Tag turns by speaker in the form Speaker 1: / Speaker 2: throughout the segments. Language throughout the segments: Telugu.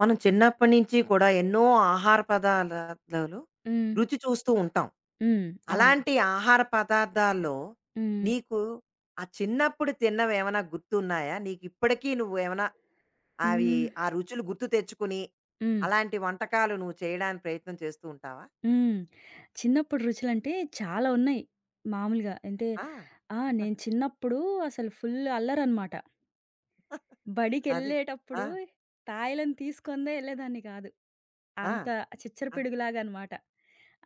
Speaker 1: మనం చిన్నప్పటి నుంచి కూడా ఎన్నో ఆహార పదార్థాలు
Speaker 2: హ్మ్.
Speaker 1: రుచి చూస్తూ ఉంటాం.
Speaker 2: హ్మ్. అవును.
Speaker 1: అలాంటి ఆహార పదార్థాల్లో
Speaker 2: హ్మ్.
Speaker 1: నీకు ఆ చిన్నప్పుడు తిన్నవేమైనా గుర్తున్నాయా? నీకిప్పటికీ నువ్వేమైనా అవి
Speaker 2: హ్మ్.
Speaker 1: ఆ రుచులు గుర్తు తెచ్చుకుని,
Speaker 2: హ్మ్.
Speaker 1: అలాంటి వంటకాలు నువ్వు చేయడానికి ప్రయత్నం చేస్తూ ఉంటావా?
Speaker 2: హ్మ్. చిన్నప్పుడు రుచులంటే చాలా ఉన్నాయి మామూలుగా. అంటే
Speaker 1: ఆ!
Speaker 2: ఆ! నేను చిన్నప్పుడు అసలు ఫుల్ అల్లరనమాట.
Speaker 1: అది.
Speaker 2: బడికెళ్ళేటప్పుడు
Speaker 1: ఆ!
Speaker 2: తాయలను తీసుకొందే ఎళ్ళేదాన్ని కాదు.
Speaker 1: ఆ!
Speaker 2: అంత చిచ్చర
Speaker 1: అన్
Speaker 2: పిడుగులాగా అనమాట.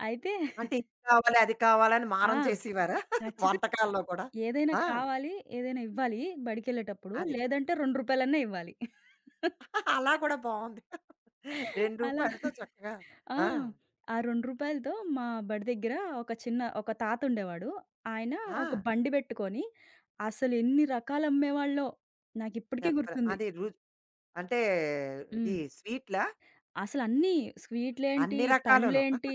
Speaker 2: అయితే
Speaker 1: అంటే ఇది కావాలి, అది కావాలని
Speaker 2: ఆ!
Speaker 1: మారం చేసేవారా?
Speaker 2: ఖచ్చితంగా
Speaker 1: వంటకాల్లో కూడా?
Speaker 2: ఏదైనా
Speaker 1: ఆ!
Speaker 2: కావాలి, ఏదైనా ఇవ్వాలి బడికెళ్ళేటప్పుడు.
Speaker 1: అది.
Speaker 2: లేదంటే రూ. 2 అన్నా ఇవ్వాలి.
Speaker 1: అలా కూడా బావుంది. రూ.
Speaker 2: అలా
Speaker 1: 2తో చక్కగా
Speaker 2: ఆ!
Speaker 1: ఆ!
Speaker 2: ఆ రూ. 2తో మా బడి దగ్గర ఒక తాత ఉండేవాడు. ఆయన
Speaker 1: ఆ!
Speaker 2: ఒక బండి పెట్టుకొని అసలు ఎన్ని రకాలు అమ్మేవాళ్ళో నాకిప్పటికీ
Speaker 1: చెప్పరు.
Speaker 2: గుర్తుంది.
Speaker 1: అది రుచి అంటే ఇది
Speaker 2: హ్మ్.
Speaker 1: స్వీట్లా?
Speaker 2: అసలన్నీ స్వీట్‌లేంటి,
Speaker 1: అన్ని రకాలును.
Speaker 2: పండ్లేంటి,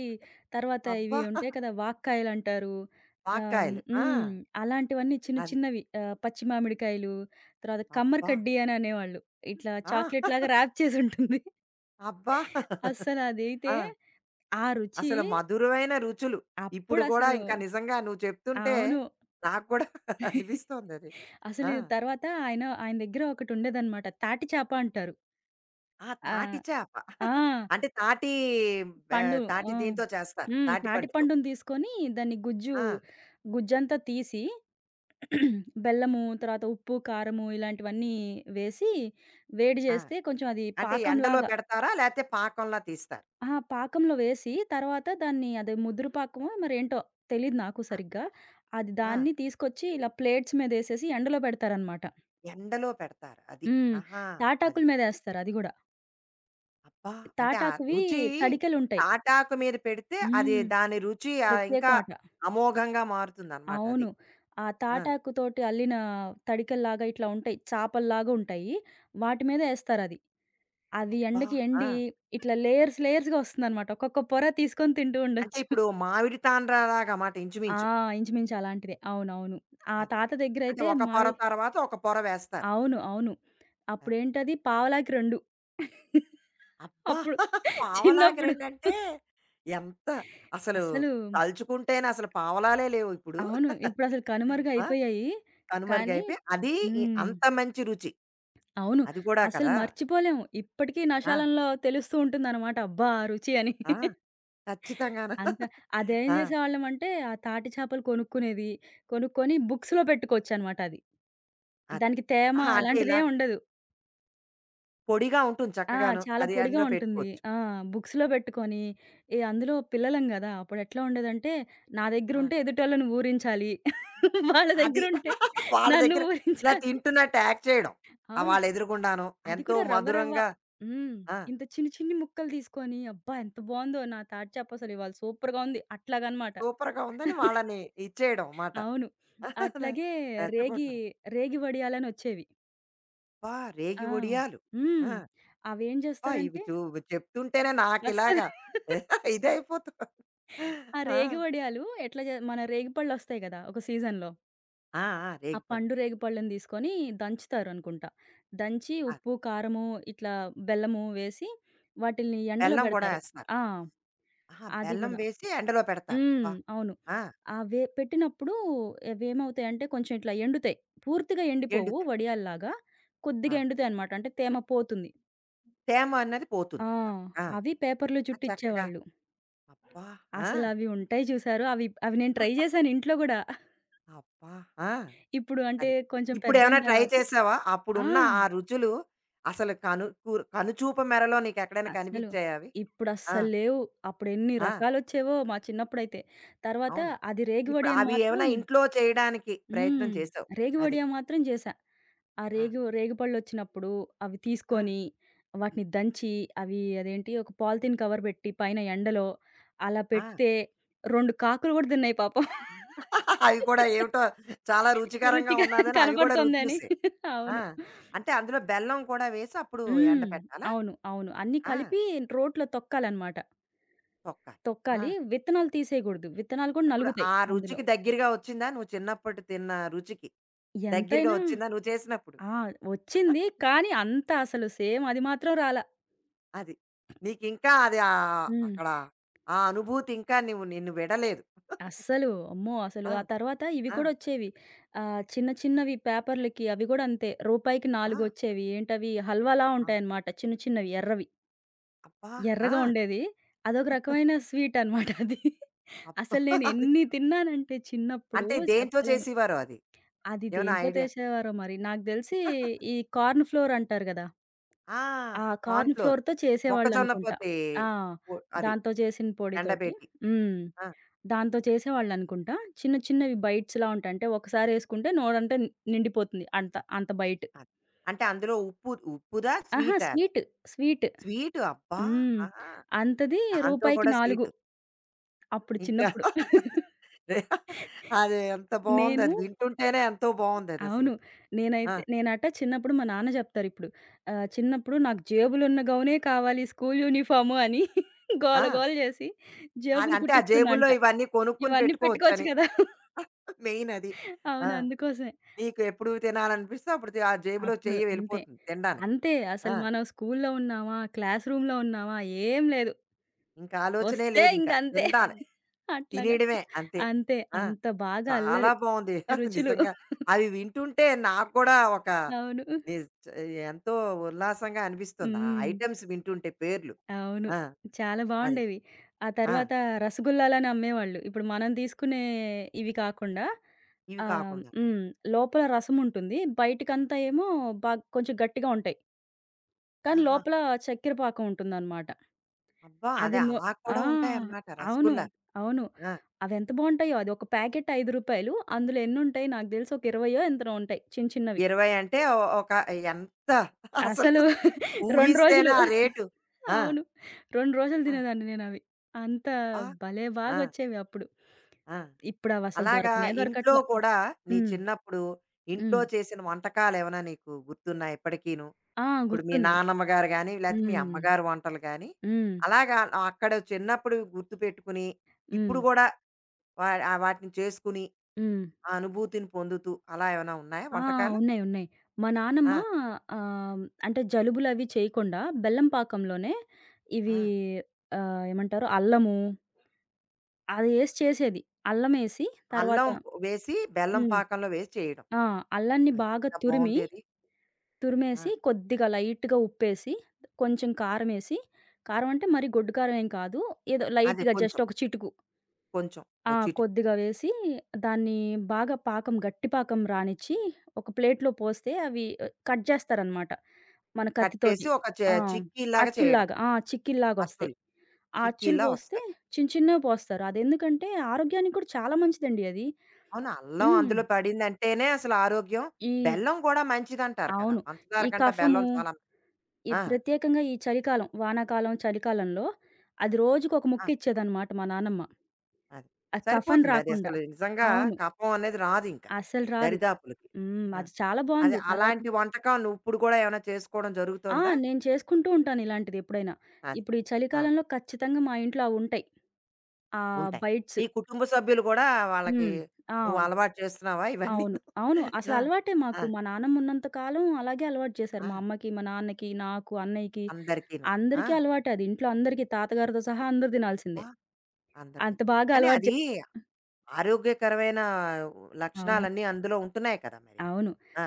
Speaker 2: తర్వాత ఇవి
Speaker 1: అబ్బా!
Speaker 2: ఉంటాయి కదా! వాక్కాయలంటారు. ఆహ్,
Speaker 1: వాక్కాయలు. ఆ!
Speaker 2: హ్మ్. అలాంటివన్నీ చిన్న
Speaker 1: అది.
Speaker 2: చిన్నవి ఆహ్, పచ్చి మామిడికాయలు, తర్వాత కమ్మరి
Speaker 1: అబ్బా!
Speaker 2: కడ్డీ అని అనేవాళ్ళు. ఇట్లా
Speaker 1: ఆ!
Speaker 2: చాక్లెట్‌లాగా ర్యాప్ చేసి ఉంటుంది.
Speaker 1: అబ్బా!
Speaker 2: అస్సలదైతే
Speaker 1: ఆ!
Speaker 2: ఆ రుచి
Speaker 1: అసలు మధురమైన రుచులు. ఇప్పుడు గూడా
Speaker 2: అప్పుడసలు
Speaker 1: ఇంకా నిజంగా నువ్వు చెప్తుంటే
Speaker 2: అవును.
Speaker 1: నాకు కూడా అనిపిస్తోందది. ఆ!
Speaker 2: అసలు తర్వాత ఆయన ఆయన దగ్గర ఒకటుండేదనమాట. తాటి చేప అంటారు.
Speaker 1: ఆ!
Speaker 2: ఆ!
Speaker 1: తాటి చేప.
Speaker 2: ఆ!
Speaker 1: అంటే తాటి బె
Speaker 2: పండు
Speaker 1: తాటి
Speaker 2: ఆ!
Speaker 1: దీంతో చేస్తారు.
Speaker 2: హ్మ్.
Speaker 1: తాటి
Speaker 2: తాటి
Speaker 1: పండుతో.
Speaker 2: పండుని తీసుకొని దాన్ని
Speaker 1: ఆ!
Speaker 2: గుజ్జంతా తీసి బెల్లము, తర్వాత ఉప్పు, కారము ఇలాంటివన్నీ వేసి వేడి
Speaker 1: ఆ!
Speaker 2: చేస్తే కొంచెం అది
Speaker 1: అంటే ఎండలో
Speaker 2: పాకంలాగా
Speaker 1: పెడతారా? లేతే పాకంలా తీస్తారా?
Speaker 2: అహా! పాకంలో వేసి తర్వాత దాన్ని అది ముదురు పాకమో మరేంటో తెలీదు నాకు
Speaker 1: ఆ!
Speaker 2: సరిగ్గా. అది
Speaker 1: ఆ!
Speaker 2: దాన్ని తీసుకొచ్చి ఇలా ప్లేట్స్ మీదేసేసి ఎండలో పెడతారనమాట.
Speaker 1: ఎండలో పెడతారు. అది.
Speaker 2: హ్మ్.
Speaker 1: ఆహా! అది.
Speaker 2: తాటాకుల మీదేస్తారు అది గూడా.
Speaker 1: అబ్బా! అంటే ఆ
Speaker 2: తాటాకువి
Speaker 1: రుచి
Speaker 2: తడికెలుంటాయి.
Speaker 1: తాటాకు మీద పెడితే అది
Speaker 2: హ్మ్.
Speaker 1: దాని రుచి ఇంకా
Speaker 2: ప్రత్యేకం అట.
Speaker 1: అమోఘంగా మారుతుందనమాట అది.
Speaker 2: అవును. ఆ
Speaker 1: ఆ!
Speaker 2: తాటాకుతోటి అల్లిన తడికెల్లాగా ఇట్లా ఉంటాయి. చాపల్లాగా ఉంటాయి. వాటి మీద ఏస్తారది. అది అది
Speaker 1: అబ్బా!
Speaker 2: ఎండకి ఎండి
Speaker 1: ఆ!
Speaker 2: ఇట్లా లేయర్స్ లేయర్స్‌గా వస్తుందనమాట. ఒక్కొక్క పొర తీసుకొని తింటూ
Speaker 1: అంటే
Speaker 2: ఉండొచ్చు.
Speaker 1: ఇప్పుడు మామిడి తాండ్రలాగా మాట
Speaker 2: ఆ!
Speaker 1: ఇంచుమించు.
Speaker 2: ఇంచుమించు అలాంటిదే. అవునవును. ఆ
Speaker 1: అది.
Speaker 2: తాత
Speaker 1: అంటే
Speaker 2: దగ్గరైతే
Speaker 1: ఒక పొర
Speaker 2: మామిడి
Speaker 1: తర్వాత ఒక పొర వేస్తారు.
Speaker 2: అవును. అవును.
Speaker 1: అది.
Speaker 2: అప్పుడేంటది పావలాకి 2.
Speaker 1: అబ్బా!
Speaker 2: అప్పుడు చిన్నప్పుడు.
Speaker 1: పావలాకిరెండంటే ఎంత అసలు
Speaker 2: అసలు
Speaker 1: తలుచుకుంటేనే అసలు పావలాలే లేవు ఇప్పుడు.
Speaker 2: అవును. ఇప్పుడసలు
Speaker 1: ఆ!
Speaker 2: కనుమరుగయిపోయాయి. కానీ
Speaker 1: కనుమరుగైపోయి అది ఈ
Speaker 2: హ్మ్.
Speaker 1: అంత మంచి రుచి.
Speaker 2: అవును.
Speaker 1: అది కూడా
Speaker 2: అసలు
Speaker 1: కదా!
Speaker 2: మర్చిపోలేము. ఇప్పటికీ
Speaker 1: ఆ!
Speaker 2: నశాలంలో తెలుస్తూ ఉంటుందనమాట. అబ్బా! ఆ రుచి అని.
Speaker 1: ఆ! ఖచ్చితంగాను.
Speaker 2: అంత అదేం
Speaker 1: ఆ!
Speaker 2: చేసేవాళ్ళమంటే, ఆ తాటి చేపలు కొనుక్కునేది. కొనుక్కొని బుక్స్‌లో పెట్టుకోవచ్చనమాట అది.
Speaker 1: అది.
Speaker 2: దానికి తేమ
Speaker 1: ఆహా! అంటే
Speaker 2: అలాంటిదేం
Speaker 1: ఇలాగ
Speaker 2: ఉండదు.
Speaker 1: పొడిగా ఉంటుంది
Speaker 2: ఆ!
Speaker 1: చక్కగాను.
Speaker 2: చాలా
Speaker 1: అది
Speaker 2: పొడిగా
Speaker 1: అందులో
Speaker 2: ఉంటుంది.
Speaker 1: పెట్టుకోవచ్చు.
Speaker 2: ఆ! బుక్స్‌లో పెట్టుకొని, ఈ అందులో పిల్లలం గదా! అప్పుడెట్లా ఉండేదంటే, నా
Speaker 1: ఆ!
Speaker 2: దగ్గరుంటే ఎదుటోళ్ళని ఊరించాలి. వాళ్ళ
Speaker 1: అది.
Speaker 2: దగ్గరుంటే
Speaker 1: వాళ్ళ
Speaker 2: నన్ను
Speaker 1: దగ్గర ఇలా
Speaker 2: ఊరించాలి.
Speaker 1: తింటున్నట్టు యాక్ట్ చేయడం. ఆ!
Speaker 2: అవును.
Speaker 1: వాళ్ళ ఎదురుగుండాను.
Speaker 2: అది
Speaker 1: ఎంతో
Speaker 2: కూడా రవ్వ రవ్వ.
Speaker 1: మధురంగా
Speaker 2: హ్మ్.
Speaker 1: ఆ!
Speaker 2: ఇంత చిన్ని చిన్ని ముక్కలు తీసుకొని అబ్బా! ఎంత బావుందో నా తాటి చేపసలు ఇవాళ సూపర్‌గా ఉంది అట్లాగనమాట.
Speaker 1: సూపర్‌గా ఉందని వాళ్ళని ఇచ్చేయడం మాట. రె
Speaker 2: అవును. అట్లాగే రేగి,
Speaker 1: రెచ్చగొట్టడం.
Speaker 2: రేగి వడియాలని వచ్చేవి.
Speaker 1: అబ్బా!
Speaker 2: ఆ!
Speaker 1: రేగి వడియాలు.
Speaker 2: హ్మ్.
Speaker 1: ఆ!
Speaker 2: అవేం
Speaker 1: అబ్బా! ఇవి
Speaker 2: చేస్తారంటే
Speaker 1: చెప్తుంటేనే
Speaker 2: అస్సలు
Speaker 1: నాకిలాగా ఇదైపోతుంది.
Speaker 2: ఆ రేగి
Speaker 1: ఆ!
Speaker 2: వడియాలు ఎట్లా జే మన రేగిపళ్ళొస్తాయి గదా! ఒక సీజన్‌లో.
Speaker 1: ఆ! ఆ!
Speaker 2: ఆ
Speaker 1: రేగిపళ్ళు.
Speaker 2: పండు రేగిపళ్ళని తీసుకొని దంచుతారనుకుంటా. దంచి
Speaker 1: ఆ!
Speaker 2: ఉప్పు, కారము, ఇట్లా బెల్లము వేసి వాటిల్ని ఎండలో
Speaker 1: బెల్లం కూడా
Speaker 2: బెడతారు.
Speaker 1: ఏస్తారు.
Speaker 2: ఆ!
Speaker 1: ఆహా!
Speaker 2: అది
Speaker 1: బెల్లం
Speaker 2: గూడా.
Speaker 1: వేసి ఎండలో పెడతారు.
Speaker 2: హ్మ్.
Speaker 1: అబ్బా!
Speaker 2: అవును.
Speaker 1: ఆ!
Speaker 2: అవే పెట్టినప్పుడు అవేమవుతాయంటే కొంచెం ఇట్లా ఎండుతాయి. పూర్తిగా ఎండిపోవు
Speaker 1: ఎండుతాయి.
Speaker 2: వడియాల్లాగా. కొద్దిగా
Speaker 1: ఆ!
Speaker 2: ఎండుతాయన్నమాట. అంటే తేమ పోతుంది.
Speaker 1: తేమ అన్నది
Speaker 2: ఆ!
Speaker 1: పోతుందక్కడ. ఆ!
Speaker 2: అవి పేపర్‌లో
Speaker 1: అది చక్కగా
Speaker 2: చుట్టిచ్చేవాళ్ళు.
Speaker 1: అబ్బా! ఆ!
Speaker 2: అసలవి ఉంటాయి చూసారు. అవి అవి నేను ట్రై జేశాను ఇంట్లో గూడా.
Speaker 1: అబ్బా! ఆ!
Speaker 2: ఇప్పుడు అంటే
Speaker 1: అది.
Speaker 2: కొంచెం పెద్దయిన
Speaker 1: ఇప్పుడేమైనా ట్రై
Speaker 2: తర్వాత
Speaker 1: చేసావా?
Speaker 2: ఆ!
Speaker 1: అప్పుడున్న ఆ రుచులు అసలు కనుచూపు మేరలో నీకెక్కడైనా
Speaker 2: అసలు
Speaker 1: కనిపించాయా అవి? ఆ!
Speaker 2: ఇప్పుడస్సలు లేవు. అప్పుడెన్ని
Speaker 1: ఆ!
Speaker 2: రకాలొచ్చేవో మా చిన్నప్పుడైతే. తర్వాత
Speaker 1: అవును.
Speaker 2: అది
Speaker 1: ఇప్పుడు
Speaker 2: రేగివడి అని
Speaker 1: అవి
Speaker 2: మాత్రం
Speaker 1: ఏమైనా ఇంట్లో చేయడానికి ప్రయత్నం
Speaker 2: హ్మ్.
Speaker 1: చేసావు. అది.
Speaker 2: రేగివడియ మాత్రం చేశా. ఆ
Speaker 1: ఆ!
Speaker 2: రేగిపళ్ళొచ్చినప్పుడు అవి
Speaker 1: ఆ!
Speaker 2: తీసుకొని, వాటిని దంచి, అవి అదేంటి ఒక పాలిథీన్ కవర్ పెట్టి పైన ఎండలో అలా
Speaker 1: ఆ!
Speaker 2: పెడితే 2 కాకులు గూడా తిన్నాయి పాపం.
Speaker 1: అవి కూడా ఏమిటో చాలా రుచికరంగా
Speaker 2: రుచిగా
Speaker 1: ఉన్నాదని అవి కూడా రుచి
Speaker 2: కనపడుతుందని.
Speaker 1: చూసాయి. ఆ!
Speaker 2: అవును.
Speaker 1: అంటే అందులో బెల్లం కూడా వేసి అప్పుడు
Speaker 2: హ్మ్.
Speaker 1: ఎండబెట్టాలా?
Speaker 2: అవును. అవును. అన్నీ
Speaker 1: ఆ!
Speaker 2: కలిపి రోట్లో తొక్కాలనమాట.
Speaker 1: తొక్కాలి. ఆ!
Speaker 2: తొక్కాలి. విత్తనాలు తీసేయగూడదు. విత్తనాలు కూడా
Speaker 1: ఇప్పుడు
Speaker 2: నలుగుతాయి
Speaker 1: ఆ
Speaker 2: అందులో.
Speaker 1: రుచికి దగ్గరగా వచ్చిందా? నువ్వు చిన్నప్పుడు తిన్న రుచికి దగ్గరగా
Speaker 2: ఎంతైనా
Speaker 1: వచ్చిందా నువ్వు చేసినప్పుడు?
Speaker 2: ఆ! వచ్చింది. కానీ అంత అసలు సేమ్ అది మాత్రం రాలా.
Speaker 1: అది. నీకింకా అది
Speaker 2: హ్మ్.
Speaker 1: అక్కడ ఆ అనుభూతి ఇంకా నువ్వు నిన్ను విడలేదు.
Speaker 2: అస్సలు అమ్మో! అసలు
Speaker 1: ఆ!
Speaker 2: ఆ తర్వాత ఇవి
Speaker 1: ఆ!
Speaker 2: కూడా వచ్చేవి. ఆహ్, చిన్న చిన్నవి పేపర్‌లకి అవి గూడా అంతే. రూపాయికి
Speaker 1: ఆ!
Speaker 2: 4 వచ్చేవి. ఏంటవి హల్వాలా
Speaker 1: ఆ!
Speaker 2: ఉంటాయన్నమాట. చిన్న చిన్నవి ఎర్రవి.
Speaker 1: అబ్బా! ఆ!
Speaker 2: ఎర్రగా ఉండేది. అదొక రకమైన స్వీట్ అన్నమాట అది.
Speaker 1: అబ్బా!
Speaker 2: అసలు నేను
Speaker 1: అది
Speaker 2: ఎన్ని తిన్నానంటే చిన్నప్పుడు
Speaker 1: అంటే దేనితో
Speaker 2: చెప్పలేను.
Speaker 1: చేసేవారో అది?
Speaker 2: అది
Speaker 1: ఏమైనా
Speaker 2: దేంతో
Speaker 1: ఐడియా?
Speaker 2: చేసేవారో మరి. నాకు తెలిసి ఈ కార్న్ ఫ్లోర్ అంటారు గదా!
Speaker 1: ఆ!
Speaker 2: ఆ!
Speaker 1: Corn
Speaker 2: corn
Speaker 1: flour.
Speaker 2: ఫ్లోర్‌తో
Speaker 1: మొక్కజొన్న
Speaker 2: చేసేవాళ్ళనుకుంటా.
Speaker 1: పొతి
Speaker 2: ఆ!
Speaker 1: పొ అది
Speaker 2: దాంతో చేసిన పొడితోటి.
Speaker 1: ఎండబెట్టి.
Speaker 2: హ్మ్.
Speaker 1: ఆ!
Speaker 2: దాంతో చేసేవాళ్ళనుకుంటా. చిన్న చిన్నవి బైట్స్‌లా ఉంటాయి. అంటే ఒకసారేసుకుంటే నోరంతా నిండిపోతుంది. అంత అంత బైట్.
Speaker 1: అది. అంటే అందులో ఉప్పు ఉప్పుదా?
Speaker 2: అహా!
Speaker 1: స్వీటా?
Speaker 2: స్వీట్. స్వీట్.
Speaker 1: స్వీటు అబ్బా!
Speaker 2: హ్మ్.
Speaker 1: ఆహా!
Speaker 2: అంతది
Speaker 1: దాంతో
Speaker 2: రూపాయికి
Speaker 1: కూడా
Speaker 2: 4
Speaker 1: స్వీటు.
Speaker 2: అప్పుడు
Speaker 1: ఇంకా
Speaker 2: చిన్నప్పుడు.
Speaker 1: రే అది ఎంత బావుంది
Speaker 2: నేను
Speaker 1: అది వింటుంటేనే ఎంతో
Speaker 2: అవును.
Speaker 1: బావుందదసలు. ఆ!
Speaker 2: నేనైతే నేనట చిన్నప్పుడు మా నాన్న జెప్తారిప్పుడు. ఆహ్, చిన్నప్పుడు నాకు జేబులున్న గౌనే కావాలి స్కూల్ యూనిఫార్ము అని గోల
Speaker 1: ఆ!
Speaker 2: గోల జేసి
Speaker 1: అది
Speaker 2: జేబులు
Speaker 1: అంటే ఆ
Speaker 2: కుట్టించుకున్నా
Speaker 1: జేబుల్లో
Speaker 2: అంట.
Speaker 1: ఇవన్నీ కొనుక్కొని
Speaker 2: ఇవన్నీ పెట్టుకోవచ్చు
Speaker 1: పెట్టుకోవచ్చని
Speaker 2: కదా!
Speaker 1: మెయిన్ అది. ఆ!
Speaker 2: అవును. అందుకోసమే.
Speaker 1: నీకు ఎప్పుడు తినాలనిపిస్తే అప్పుడు ఆ జేబులో
Speaker 2: అప్పుడు
Speaker 1: చెయ్యి
Speaker 2: అంతే.
Speaker 1: వెళ్ళిపోతుంది తినడానికి.
Speaker 2: అంతే. అసలు
Speaker 1: ఆ!
Speaker 2: మనం స్కూల్లో ఉన్నామా? క్లాస్ రూమ్‌లో ఉన్నామా? ఏం లేదు.
Speaker 1: ఇంకా ఆలోచనే
Speaker 2: వస్తే
Speaker 1: లేదింక.
Speaker 2: ఇంకంతే.
Speaker 1: తినాలి.
Speaker 2: అట్లాగా.
Speaker 1: తినేయడమే అంతే.
Speaker 2: అంతే.
Speaker 1: ఆ!
Speaker 2: అంత బాగా
Speaker 1: చాలా
Speaker 2: అల్లరి.
Speaker 1: బావుంది. అది
Speaker 2: రుచులు.
Speaker 1: నిజంగా. అవి వింటుంటే నాకు కూడా ఒక
Speaker 2: అవును.
Speaker 1: నిజ్ ఎంతో ఉల్లాసంగా అనిపిస్తుంది. ఆ
Speaker 2: హ్మ్.
Speaker 1: ఐటెమ్స్ వింటుంటే పేర్లు.
Speaker 2: అవును.
Speaker 1: ఆ!
Speaker 2: చాలా
Speaker 1: అది.
Speaker 2: బావుండేవి. ఆ
Speaker 1: ఆ!
Speaker 2: తర్వాత రసగుల్లాలని అమ్మేవాళ్ళు. ఇప్పుడు మనం తీసుకునే ఇవి కాకుండా
Speaker 1: ఇవి
Speaker 2: ఆహ్,
Speaker 1: కాకుండా.
Speaker 2: హ్మ్. లోపల రసం ఉంటుంది. బయటికంతా ఏమో బాగ్ కొంచెం గట్టిగా ఉంటాయి. కానీ
Speaker 1: ఆహా!
Speaker 2: లోపల చక్కెర పాకం ఉంటుందనమాట.
Speaker 1: అబ్బా!
Speaker 2: అది
Speaker 1: అదే
Speaker 2: నొ
Speaker 1: అలా
Speaker 2: ఆ!
Speaker 1: కూడా ఉంటాయన్నమాట
Speaker 2: అవును.
Speaker 1: రసగుల్లా.
Speaker 2: అవును.
Speaker 1: ఆ!
Speaker 2: అవెంత బావుంటాయో. అది ఒక ప్యాకెట్ రూ. 5. అందులో ఎన్నుంటాయి నాకు తెలిసి ఒక 20 ఎంతనో ఉంటాయి చిన్న చిన్నవి.
Speaker 1: 20 అంటే ఒక ఎంత అసలు
Speaker 2: అసలు 2
Speaker 1: ఊహిస్తేనే
Speaker 2: రోజులు.
Speaker 1: ఆ రేటు. ఆ!
Speaker 2: అవును. 2 రోజులు
Speaker 1: ఆ!
Speaker 2: తినేదాన్ని నేనవి. అంత
Speaker 1: అబ్బా!
Speaker 2: భలే
Speaker 1: ఆ!
Speaker 2: బాగొచ్చేవి అప్పుడు.
Speaker 1: ఆ!
Speaker 2: ఇప్పుడవసలు
Speaker 1: అలాగా
Speaker 2: దొరకనే
Speaker 1: ఇంట్లో
Speaker 2: దొరకట్లా.
Speaker 1: కూడా నీ
Speaker 2: హ్మ్.
Speaker 1: చిన్నప్పుడు ఇంట్లో
Speaker 2: హ్మ్.
Speaker 1: చేసిన వంటకాలేమైనా నీకు గుర్తున్నాయా ఇప్పటికీను?
Speaker 2: ఆ!
Speaker 1: ఇప్పుడు మీ
Speaker 2: గుర్తుంది.
Speaker 1: నాన్నమ్మ గారు గాని, లేతే మీ
Speaker 2: హ్మ్.
Speaker 1: అమ్మగారి వంటలు గాని,
Speaker 2: హ్మ్.
Speaker 1: అలాగా అక్కడ చిన్నప్పుడు గుర్తుపెట్టుకుని, ఇప్పుడు
Speaker 2: హ్మ్.
Speaker 1: గూడా వాటిని చేసుకుని,
Speaker 2: హ్మ్.
Speaker 1: ఆ అనుభూతిని పొందుతూ అలా ఏమైనా ఉన్నాయా
Speaker 2: ఆ!
Speaker 1: వంటకాలు?
Speaker 2: ఉన్నాయి. ఉన్నాయి. మా నానమ్మ
Speaker 1: ఆ!
Speaker 2: ఆహ్, అంటే జలుబులవి చేయకుండా బెల్లం పాకంలోనే ఇవి
Speaker 1: ఆ!
Speaker 2: ఆహ్, ఏమంటారు అల్లము అది ఏసి చేసేది. అల్లమేసి తర్వాత
Speaker 1: అల్లం వేసి, బెల్లం
Speaker 2: హ్మ్.
Speaker 1: పాకంలో వేసి చేయడం.
Speaker 2: ఆ! అల్లాన్ని
Speaker 1: అది
Speaker 2: బాగా
Speaker 1: ఎంత
Speaker 2: తురిమి,
Speaker 1: బావుందది. ఆ!
Speaker 2: తురిమేసి కొద్దిగా లైట్‌గా ఉప్పేసి, కొంచెం కారమేసి కారం అంటే మరీ గొడ్డు కారం ఏం కాదు. ఏదో
Speaker 1: అది
Speaker 2: లైట్‌గా జస్ట్
Speaker 1: కొంచెం,
Speaker 2: ఒక చిటుకు
Speaker 1: కొంచెం
Speaker 2: ఆ!
Speaker 1: ఓ చిటికి.
Speaker 2: కొద్దిగా వేసి దాన్ని బాగా పాకం గట్టి పాకం రానిచ్చి ఒక ప్లేట్‌లో పోస్తే అవి ఆహ్, కట్ చేస్తారనమాట. మన
Speaker 1: కట్
Speaker 2: కత్తితోటి.
Speaker 1: చేసి ఒక
Speaker 2: ఆ!
Speaker 1: చిక్కీలాగా చేయడం.
Speaker 2: అచ్చుల్లాగా. ఆ! చిక్కిల్లాగొస్తాయి.
Speaker 1: అచ్చులు
Speaker 2: ఆ అచ్చులు
Speaker 1: చిక్కీలా
Speaker 2: పోస్తే
Speaker 1: వస్తాయి.
Speaker 2: చిన్న చిన్నవి పోస్తారు. అదెందుకంటే ఆరోగ్యానికి కూడా చాలా మంచిదండి అది.
Speaker 1: అవును. అల్లం
Speaker 2: హ్మ్.
Speaker 1: అందులో పడిందంటేనే అసలు ఆరోగ్యం.
Speaker 2: ఈ
Speaker 1: బెల్లం గూడా మంచిదంటారు కదా!
Speaker 2: అవును.
Speaker 1: పంచదార
Speaker 2: ఈ
Speaker 1: కంటే
Speaker 2: కఫము,
Speaker 1: బెల్లం చాలా
Speaker 2: ఈ
Speaker 1: ఆ!
Speaker 2: ప్రత్యేకంగా ఈ చలికాలం, వానాకాలం, చలికాలంలో అది రోజుకొక
Speaker 1: ఆ!
Speaker 2: ముక్క ఇచ్చేదనమాట మా నానమ్మ.
Speaker 1: అది.
Speaker 2: ఆ కఫం
Speaker 1: సరిపోతుంది. అది
Speaker 2: రాకుండా.
Speaker 1: అసలు నిజంగా
Speaker 2: అవును.
Speaker 1: కఫం అనేది రాదింక.
Speaker 2: అస్సలు రాదు.
Speaker 1: దరిదాపులకి.
Speaker 2: హ్మ్.
Speaker 1: ఆ!
Speaker 2: అది చాలా
Speaker 1: అదే
Speaker 2: బావుంది. తర్వాత
Speaker 1: అలాంటి వంటకం నువ్విప్పుడు గూడా ఏమైనా చేసుకోవడం
Speaker 2: ఆ!
Speaker 1: జరుగుతోందా?
Speaker 2: నేను చేసుకుంటూ ఉంటాను ఇలాంటిది ఎప్పుడైనా.
Speaker 1: అది.
Speaker 2: ఇప్పుడు ఈ
Speaker 1: ఆ!
Speaker 2: చలికాలంలో ఖచ్చితంగా మా ఇంట్లో అవుంటాయి. ఆహ్,
Speaker 1: ఉంటాయి.
Speaker 2: బైట్స్.
Speaker 1: నీ కుటుంబ సభ్యులు గూడా వాళ్ళకి
Speaker 2: హ్మ్. ఆ!
Speaker 1: నువ్వు అలవాటు చేస్తున్నావా
Speaker 2: అవును.
Speaker 1: ఇవన్నీను?
Speaker 2: అవును. అసలు
Speaker 1: ఆ!
Speaker 2: అలవాటే
Speaker 1: ఆ!
Speaker 2: మాకు. మా నాన్నమ్మ ఉన్నంత కాలం అలాగే అలవాటు చేశారు.
Speaker 1: ఆ!
Speaker 2: మా అమ్మకి, మా నాన్నకి, నాకు, అన్నయ్యకి
Speaker 1: అందరికీను. ఆ!
Speaker 2: అందరికీ అలవాటే అది. ఇంట్లో అందరికీ తాతగారితో సహా అందరూ తినాల్సిందే.
Speaker 1: అబ్బా! అందరికి.
Speaker 2: అంత బాగా
Speaker 1: కానీ
Speaker 2: అలవాటు చే
Speaker 1: అది ఆరోగ్యకరమైన
Speaker 2: అవును.
Speaker 1: లక్షణాలన్నీ అందులో ఉంటున్నాయి కదా మరి.
Speaker 2: అవును.
Speaker 1: ఆ!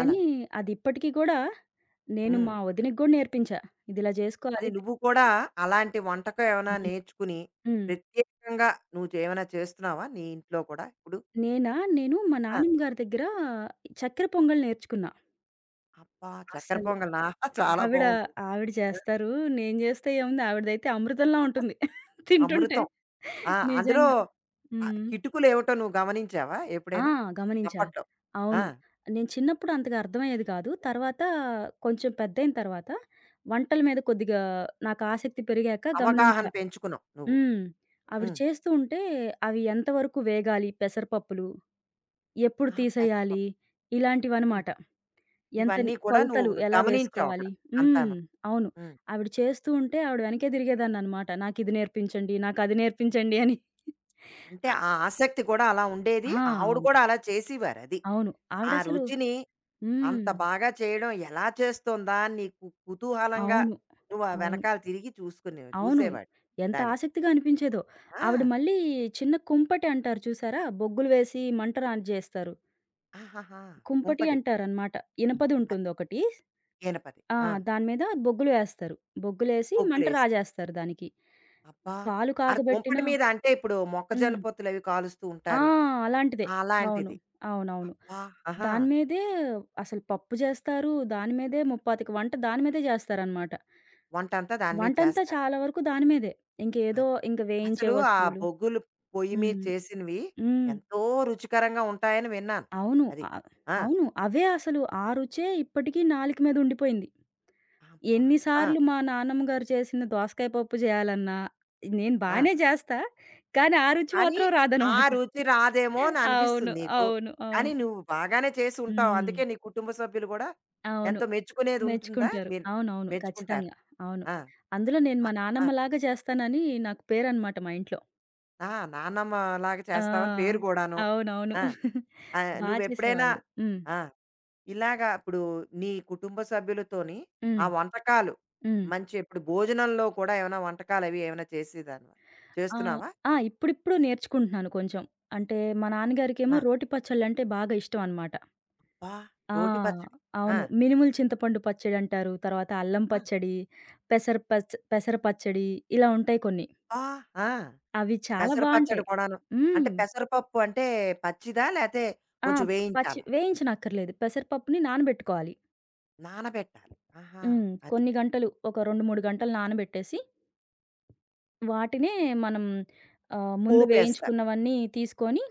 Speaker 1: అలా.
Speaker 2: అది ఇప్పటికి గూడా నేను
Speaker 1: హ్మ్.
Speaker 2: మా వదినకి గూడా నేర్పించా. "ఇదిలా
Speaker 1: అది
Speaker 2: జేసుకోవాలి"
Speaker 1: నువ్వు కూడా అలాంటి వంటకం ఏమైనా
Speaker 2: హ్మ్.
Speaker 1: నేర్చుకుని,
Speaker 2: హ్మ్.
Speaker 1: ప్రత్యేకంగా నువ్వు ఏమైనా చేస్తున్నావా నీ ఇంట్లో కూడా ఇప్పుడు?
Speaker 2: నేనా? నేను మా
Speaker 1: ఆ!
Speaker 2: నానమ్మ గారి దగ్గర చక్కెర పొంగల్ నేర్చుకున్నా.
Speaker 1: అబ్బా! చక్కెర
Speaker 2: అసలు
Speaker 1: పొంగలా చాలా
Speaker 2: ఆవిడ,
Speaker 1: బావుంటుంది.
Speaker 2: ఆవిడ చేస్తారు. నేను చేస్తే ఏముంది ఆవిడదైతే అమృతంలా ఉంటుంది. తింటుంటే
Speaker 1: అమృతం. ఆ! అందులో
Speaker 2: నిజంగా. హ్మ్.
Speaker 1: కిటుకులేవిటో నువ్వు గమనించావా
Speaker 2: ఆ!
Speaker 1: ఎప్పుడైనా?
Speaker 2: గమనించా.
Speaker 1: అప్పట్లో. ఆ!
Speaker 2: అవును. నేను చిన్నప్పుడు అంతగా అర్థమయ్యేది కాదు. తర్వాత కొంచెం పెద్దయిన తర్వాత వంటల మీద కొద్దిగా నాకు ఆసక్తి పెరిగాక
Speaker 1: అవగాహన
Speaker 2: గమనించా.
Speaker 1: పెంచుకున్నావు నువ్వు.
Speaker 2: హ్మ్. ఆవిడ
Speaker 1: హ్మ్.
Speaker 2: చేస్తూ ఉంటే అవి ఎంతవరకు వేగాలి పెసరపప్పులు, ఎప్పుడు
Speaker 1: ఆహా!
Speaker 2: తీసేయాలి
Speaker 1: పెసరపప్పు. హ్మ్.
Speaker 2: ఇలాంటివనమాట. ఎంత
Speaker 1: ఇవన్నీ కూడా నువ్వు
Speaker 2: కొలతలు ఎలా
Speaker 1: గమనించావు అక్కడ
Speaker 2: వేసుకోవాలి? హ్మ్.
Speaker 1: అంతాను.
Speaker 2: అవును.
Speaker 1: హ్మ్.
Speaker 2: ఆవిడ చేస్తూ ఉంటే ఆవిడ వెనకే తిరిగేదాన్ననమాట. నాకిది నేర్పించండి, నాకది నేర్పించండి అని.
Speaker 1: అంటే
Speaker 2: అ
Speaker 1: ఆ ఆసక్తి కూడా అలా
Speaker 2: ఆ!
Speaker 1: ఉండేది. ఆవిడ కూడా
Speaker 2: అవును.
Speaker 1: అలా చేసేవారది.
Speaker 2: అవును.
Speaker 1: ఆ
Speaker 2: ఆవిడసలు
Speaker 1: రుచిని అంత
Speaker 2: హ్మ్.
Speaker 1: బాగా చేయడం ఎలా చేస్తోందా అని నీకు కుతూహలంగా
Speaker 2: అవును.
Speaker 1: నువ్వు ఆ
Speaker 2: అవును.
Speaker 1: వెనకాల తిరిగి చూసుకుని
Speaker 2: అవును.
Speaker 1: చూసేవాడు
Speaker 2: ఎంత
Speaker 1: దానివి.
Speaker 2: ఆసక్తిగా అనిపించేదో.
Speaker 1: ఆ!
Speaker 2: ఆవిడ మళ్ళీ చిన్న కుంపటి అంటారు చూసారా? బొగ్గులు వేసి మంట రాంచేస్తారు.
Speaker 1: ఆహాహా!
Speaker 2: కుంపటి
Speaker 1: కుంపటి.
Speaker 2: అంటారనమాట.
Speaker 1: అది
Speaker 2: ఇనపదుంటుందొకటి.
Speaker 1: ఈనపది.
Speaker 2: ఆ!
Speaker 1: ఆ!
Speaker 2: దాని మీద బొగ్గులు వేస్తారు. బొగ్గులేసి మంట
Speaker 1: ముగ్గులేసి.
Speaker 2: రాజేస్తారు దానికి.
Speaker 1: అబ్బా!
Speaker 2: పాలు
Speaker 1: అది
Speaker 2: కాగబెట్టిన
Speaker 1: కుంపటి మీద అంటే ఇప్పుడు
Speaker 2: హ్మ్.
Speaker 1: మొక్కజొన్న పొత్తులవి కాలుస్తూ
Speaker 2: ఆ!
Speaker 1: ఉంటారు.
Speaker 2: అలాంటిదే. అవును.
Speaker 1: అలాంటిది.
Speaker 2: అవునవును.
Speaker 1: అబ్బా! ఆహా!
Speaker 2: దాని మీదే అసలు పప్పు జేస్తారు. దాని మీదే 30, 25 వంట దాని మీదే జేస్తారనమాట.
Speaker 1: వంటంతా దాని మీద
Speaker 2: వంటంతా
Speaker 1: చేస్తారు.
Speaker 2: చాలా వరకు దాని మీదే. ఇంకేదో
Speaker 1: అది.
Speaker 2: ఇంక వేయించే
Speaker 1: అసలు ఆ
Speaker 2: వస్తువులు.
Speaker 1: బొగ్గులు పొయ్యి మీద
Speaker 2: హ్మ్.
Speaker 1: చేసినవి
Speaker 2: హ్మ్.
Speaker 1: ఎంతో రుచికరంగా ఉంటాయని విన్నాను.
Speaker 2: అవును.
Speaker 1: అది.
Speaker 2: ఆహ్,
Speaker 1: ఆ!
Speaker 2: అవును. అవే అసలు ఆ రుచే ఇప్పటికి నాలుక మీద ఉండిపోయింది.
Speaker 1: అబ్బా!
Speaker 2: ఎన్ని
Speaker 1: ఆ!
Speaker 2: సార్లు మా నాన్నమ్మ గారు చేసిన దోసకాయ పప్పు జేయాలన్నా, నేను
Speaker 1: ఆ!
Speaker 2: బానే జేస్తా. కానీ ఆ రుచి
Speaker 1: కానీ
Speaker 2: మాత్రం
Speaker 1: ఆ
Speaker 2: రాదనమాట.
Speaker 1: రుచి రాదేమో అని
Speaker 2: అవును.
Speaker 1: అనిపిస్తుంది నీకు.
Speaker 2: అవును.
Speaker 1: కానీ
Speaker 2: అవును.
Speaker 1: నువ్వు బాగానే చేసి ఉంటావు.
Speaker 2: హ్మ్.
Speaker 1: అందుకే నీ కుటుంబ సభ్యులు గూడా
Speaker 2: అవును.
Speaker 1: ఎంతో మెచ్చుకునేది ఉంటుందా?
Speaker 2: మెచ్చుకుంటారు.
Speaker 1: మీరు
Speaker 2: అవునవును.
Speaker 1: మెచ్చుకుంటారు.
Speaker 2: ఖచ్చితంగా. అవును.
Speaker 1: ఆ!
Speaker 2: అందులో నేను
Speaker 1: అ
Speaker 2: మా
Speaker 1: ఆ!
Speaker 2: నానమ్మలాగా చేస్తానని నాకు పేరనమాట మా ఇంట్లో.
Speaker 1: ఆ! నానమ్మలాగా చేస్తావని పేరు
Speaker 2: ఆ!
Speaker 1: గూడాను.
Speaker 2: అవునవును.
Speaker 1: ఆ!
Speaker 2: బా
Speaker 1: నువ్వెప్పుడైనా
Speaker 2: చేసేవాళ్ళు. హ్మ్.
Speaker 1: ఆ! ఇలాగా ఇప్పుడు నీ కుటుంబ సభ్యులతోని
Speaker 2: హ్మ్.
Speaker 1: ఆ వంటకాలు
Speaker 2: హ్మ్.
Speaker 1: మంచి ఇప్పుడు భోజనంలో కూడా ఏమైనా వంటకాలవి ఏమైనా చేసేదానివా?
Speaker 2: ఆ!
Speaker 1: చేస్తున్నావా?
Speaker 2: ఆ! ఇప్పుడిప్పుడు నేర్చుకుంటున్నాను కొంచెం. అంటే మా నాన్నగారికేమో
Speaker 1: ఆ!
Speaker 2: రోటి పచ్చళ్ళంటే బాగా ఇష్టం అనమాట.
Speaker 1: అబ్బా!
Speaker 2: ఆ!
Speaker 1: రోటి పచ్చడి. ఆ!
Speaker 2: అవును. మినుములు చింతపండు పచ్చడంటారు. తర్వాత అల్లం
Speaker 1: ఆ!
Speaker 2: పచ్చడి, పెసర పచ్చడి ఇలా ఉంటాయి కొన్ని.
Speaker 1: అబ్బా! ఆ!
Speaker 2: అవి చాలా
Speaker 1: పెసర పచ్చడి
Speaker 2: బావుంటాయి.
Speaker 1: కూడాను. అంటే
Speaker 2: హ్మ్.
Speaker 1: పెసరపప్పు అంటే పచ్చిదా? లేతే
Speaker 2: ఆ!
Speaker 1: కొంచెం
Speaker 2: పచ్చి
Speaker 1: వేయించాలా?
Speaker 2: వేయించనక్కర్లేదు. పెసరపప్పుని నానబెట్టుకోవాలి.
Speaker 1: నానబెట్టాలి. ఆహా!
Speaker 2: హ్మ్.
Speaker 1: అది.
Speaker 2: కొన్ని గంటలు ఒక 2, 3 గంటలు నానబెట్టేసి, వాటినే మనం ఆహ్, ముందు
Speaker 1: పోపేస్తారు.
Speaker 2: వేయించుకున్నవన్నీ తీసుకొని,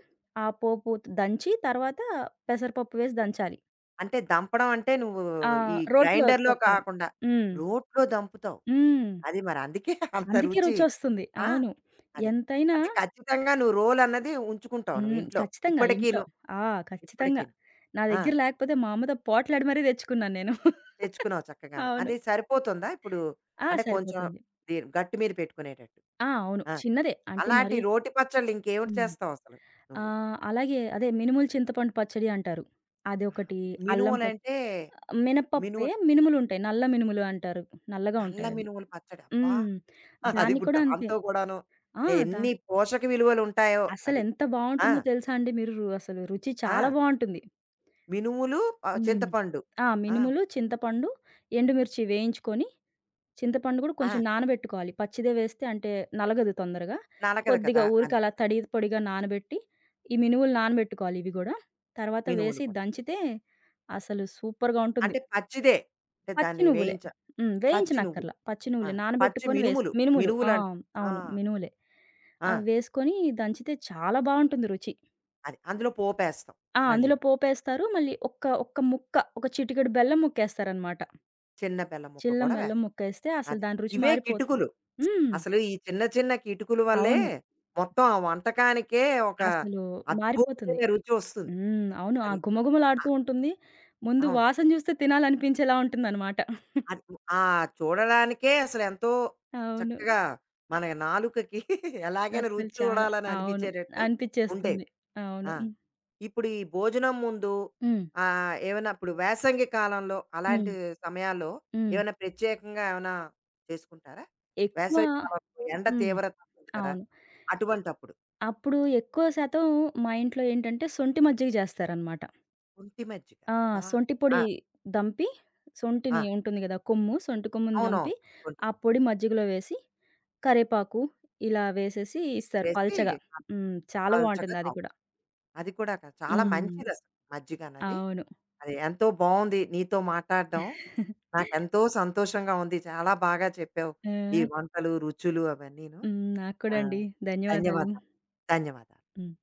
Speaker 2: ఆ పోపు దంచి తర్వాత పెసరపప్పు వేసి దంచాలి.
Speaker 1: అంటే దంపడం అంటే నువ్వు
Speaker 2: ఆ!
Speaker 1: ఈ
Speaker 2: రోట్లో
Speaker 1: గ్రైండర్‌లో
Speaker 2: తొక్కడం.
Speaker 1: కాకుండా
Speaker 2: హ్మ్.
Speaker 1: రోట్లో దంపుతావు.
Speaker 2: హ్మ్.
Speaker 1: అది మరి అందుకే అంత
Speaker 2: అందుకే
Speaker 1: రుచి.
Speaker 2: రుచొస్తుంది.
Speaker 1: ఆ!
Speaker 2: అవును.
Speaker 1: అది.
Speaker 2: ఎంతైనా
Speaker 1: అంటే ఖచ్చితంగా నువ్వు రోలన్నది ఉంచుకుంటావు నువ్వు
Speaker 2: హ్మ్.
Speaker 1: ఇంట్లో.
Speaker 2: ఖచ్చితంగా ఇంట్లో.
Speaker 1: ఇప్పటికీను.
Speaker 2: ఆ! ఖచ్చితంగా.
Speaker 1: ఇప్పటికీను.
Speaker 2: నా
Speaker 1: ఆ!
Speaker 2: దగ్గర లేకపోతే మా అమ్మతో పోట్లాడి మరీ తెచ్చుకున్నాను నేను.
Speaker 1: తెచ్చుకున్నావు చక్కగాను.
Speaker 2: అవును.
Speaker 1: అది సరిపోతుందా ఇప్పుడు?
Speaker 2: ఆ!
Speaker 1: అంటే కొంచెం
Speaker 2: సరిపోతుంది.
Speaker 1: గట్టు మీద పెట్టుకునేటట్టు.
Speaker 2: ఆ! అవును.
Speaker 1: ఆ!
Speaker 2: చిన్నదే. అంటే
Speaker 1: అలాంటి
Speaker 2: మరి
Speaker 1: రోటి పచ్చళ్ళు ఇంకేమిటి
Speaker 2: హ్మ్.
Speaker 1: చేస్తావు అసలు నువ్వు?
Speaker 2: ఆహ్, అలాగే అదే మినుములు చింతపండు పచ్చడి అంటారు.
Speaker 1: ఆహా!
Speaker 2: అదొకటి, అల్లం ప
Speaker 1: మినుములంటే
Speaker 2: మినపప్పే
Speaker 1: మినుములు.
Speaker 2: మినుములుంటాయి. నల్ల మినుములు అంటారు. నల్లగా
Speaker 1: నల్ల
Speaker 2: ఉంటాయవి.
Speaker 1: మినుములు పచ్చడి. అబ్బా!
Speaker 2: హ్మ్.
Speaker 1: అది
Speaker 2: దాన్ని
Speaker 1: కూడా
Speaker 2: కూడా అంతే.
Speaker 1: దాంతో కూడాను
Speaker 2: ఆ! దా
Speaker 1: ఎన్ని పోషక విలువలు ఉంటాయో అది.
Speaker 2: అసలెంత
Speaker 1: ఆ!
Speaker 2: బావుంటుందో తెలుసా అండి మీరు రు అసలు రుచి చాలా
Speaker 1: ఆ!
Speaker 2: బావుంటుంది.
Speaker 1: మినుములు
Speaker 2: హ్మ్.
Speaker 1: చింతపండు.
Speaker 2: ఆ!
Speaker 1: ఆ!
Speaker 2: మినుములు, చింతపండు, ఎండుమిర్చి వేయించుకొని చింతపండు గూడా కొంచెం
Speaker 1: ఆ!
Speaker 2: నానబెట్టుకోవాలి. పచ్చిదే వేస్తే అంటే నలగదు తొందరగా.
Speaker 1: నలగదు
Speaker 2: కొద్దిగా
Speaker 1: కదా!
Speaker 2: ఊరికే
Speaker 1: అది.
Speaker 2: అలా తడి పొడిగా నానబెట్టి, ఈ మినుములు నానబెట్టుకోవాలి ఇవి గూడా. తర్వాత
Speaker 1: మినుములు
Speaker 2: వేసి
Speaker 1: కూడా.
Speaker 2: దంచితే అసలు సూపర్‌గా ఉంటుంది.
Speaker 1: అంటే పచ్చిదే. అంటే
Speaker 2: పచ్చి
Speaker 1: దాన్ని
Speaker 2: నువ్వులే.
Speaker 1: వేయించ
Speaker 2: హ్మ్.
Speaker 1: పచ్చి నువ్వులు.
Speaker 2: వేయించనక్కర్ల. పచ్చి
Speaker 1: ఆ!
Speaker 2: నువ్వులే
Speaker 1: పచ్చి
Speaker 2: నానబెట్టుకొని వేసి
Speaker 1: మినుములు.
Speaker 2: మినుములు. ఆ!
Speaker 1: మినుములంటారు. ఆ!
Speaker 2: అవును. మినుములే.
Speaker 1: ఆ!
Speaker 2: అవి వేసుకొని దంచితే చాలా బావుంటుంది రుచి.
Speaker 1: అది. అందులో పోపేస్తాం
Speaker 2: ఆ! అందులో
Speaker 1: మళ్ళీను.
Speaker 2: పోపేస్తారు. మళ్ళీ ఒక్క ఒక్క ముక్క, ఒక చిటికెడు బెల్లం ముక్కేస్తారనమాట.
Speaker 1: చిన్న బెల్లం ముక్క
Speaker 2: చిల్లం
Speaker 1: కూడా
Speaker 2: బెల్లం
Speaker 1: వేస్తాం.
Speaker 2: ముక్కేస్తే అసలు
Speaker 1: అదే.
Speaker 2: దాని రుచి
Speaker 1: ఇవే
Speaker 2: మారిపోతుంది.
Speaker 1: కిటుకులు.
Speaker 2: హ్మ్.
Speaker 1: అసలు ఈ చిన్న చిన్న కిటుకుల వల్లే
Speaker 2: అవును.
Speaker 1: మొత్తం ఆ వంటకానికే ఒక
Speaker 2: అసలు మారిపోతుంది.
Speaker 1: అద్భుతమైన రుచి వస్తుంది.
Speaker 2: హ్మ్. అవును. ఆ
Speaker 1: అది. అ
Speaker 2: గుమగుమలాడుతూ ఉంటుంది. ముందు
Speaker 1: అవును.
Speaker 2: వాసన జూస్తే తినాలనిపించేలా ఉంటుందనమాట.
Speaker 1: అది ఆ చూడడానికే అసలెంతో
Speaker 2: అవును.
Speaker 1: చక్కగా మన నాలుకకి ఎలాగైనా
Speaker 2: అస్సలు
Speaker 1: రుచి
Speaker 2: చాలా
Speaker 1: చూడాలని
Speaker 2: అవును.
Speaker 1: అనిపించేటట్టు ఉండేవి.
Speaker 2: అనిపిచ్చేస్తుంది. అవును.
Speaker 1: ఆ! ఇప్పుడు ఈ భోజనం ముందు
Speaker 2: హ్మ్.
Speaker 1: ఏమైనా ఇప్పుడు వేసంగి కాలంలో
Speaker 2: హ్మ్.
Speaker 1: అలాంటి సమయాల్లో
Speaker 2: హ్మ్.
Speaker 1: ఏమైనా ప్రత్యేకంగా ఏమైనా చేసుకుంటారా?
Speaker 2: ఎక్కువ
Speaker 1: వేసవి కాలంలో ఎండ
Speaker 2: హ్మ్.
Speaker 1: తీవ్రత ఉంటుంది కదా!
Speaker 2: అవును.
Speaker 1: అటువంటప్పుడు.
Speaker 2: అప్పుడు ఎక్కువ శాతం మా ఇంట్లో ఏంటంటే, సొంటి మజ్జిగ జేస్తారనమాట.
Speaker 1: ఒంటి మజ్జిగ.
Speaker 2: ఆ!
Speaker 1: అబ్బా!
Speaker 2: సొంటి
Speaker 1: ఆ!
Speaker 2: పొడి దంపి, సొంటిని
Speaker 1: ఆ!
Speaker 2: ఉంటుంది గదా! కొమ్ము, సొంటి కొమ్ముని దంపి,
Speaker 1: అవునవును. కొంచెం
Speaker 2: ఆ పొడి మజ్జిగలో వేసి కరేపాకు ఇలా వేసేసి ఇస్తారు
Speaker 1: వేసి
Speaker 2: పల్చగా. హ్మ్. చాలా
Speaker 1: చక్కగా
Speaker 2: బావుంటుందది
Speaker 1: తాగుతాం.
Speaker 2: కూడా.
Speaker 1: అది కూడా చాలా
Speaker 2: హ్మ్.
Speaker 1: మంచిదసలు మజ్జిగన్నది.
Speaker 2: అవును.
Speaker 1: అది ఎంతో బావుంది నీతో మాట్లాడడం. నాకెంతో సంతోషంగా ఉంది. చాలా బాగా చెప్పావు.
Speaker 2: ఆ!
Speaker 1: ఈ వంటలు, రుచులు అవన్నీను.
Speaker 2: హ్మ్. నాకు
Speaker 1: ఆ!
Speaker 2: కూడా అండి. ధన్యవాదాలు.
Speaker 1: ధన్యవాదాలు. ధన్యవాదాలు.
Speaker 2: హ్మ్.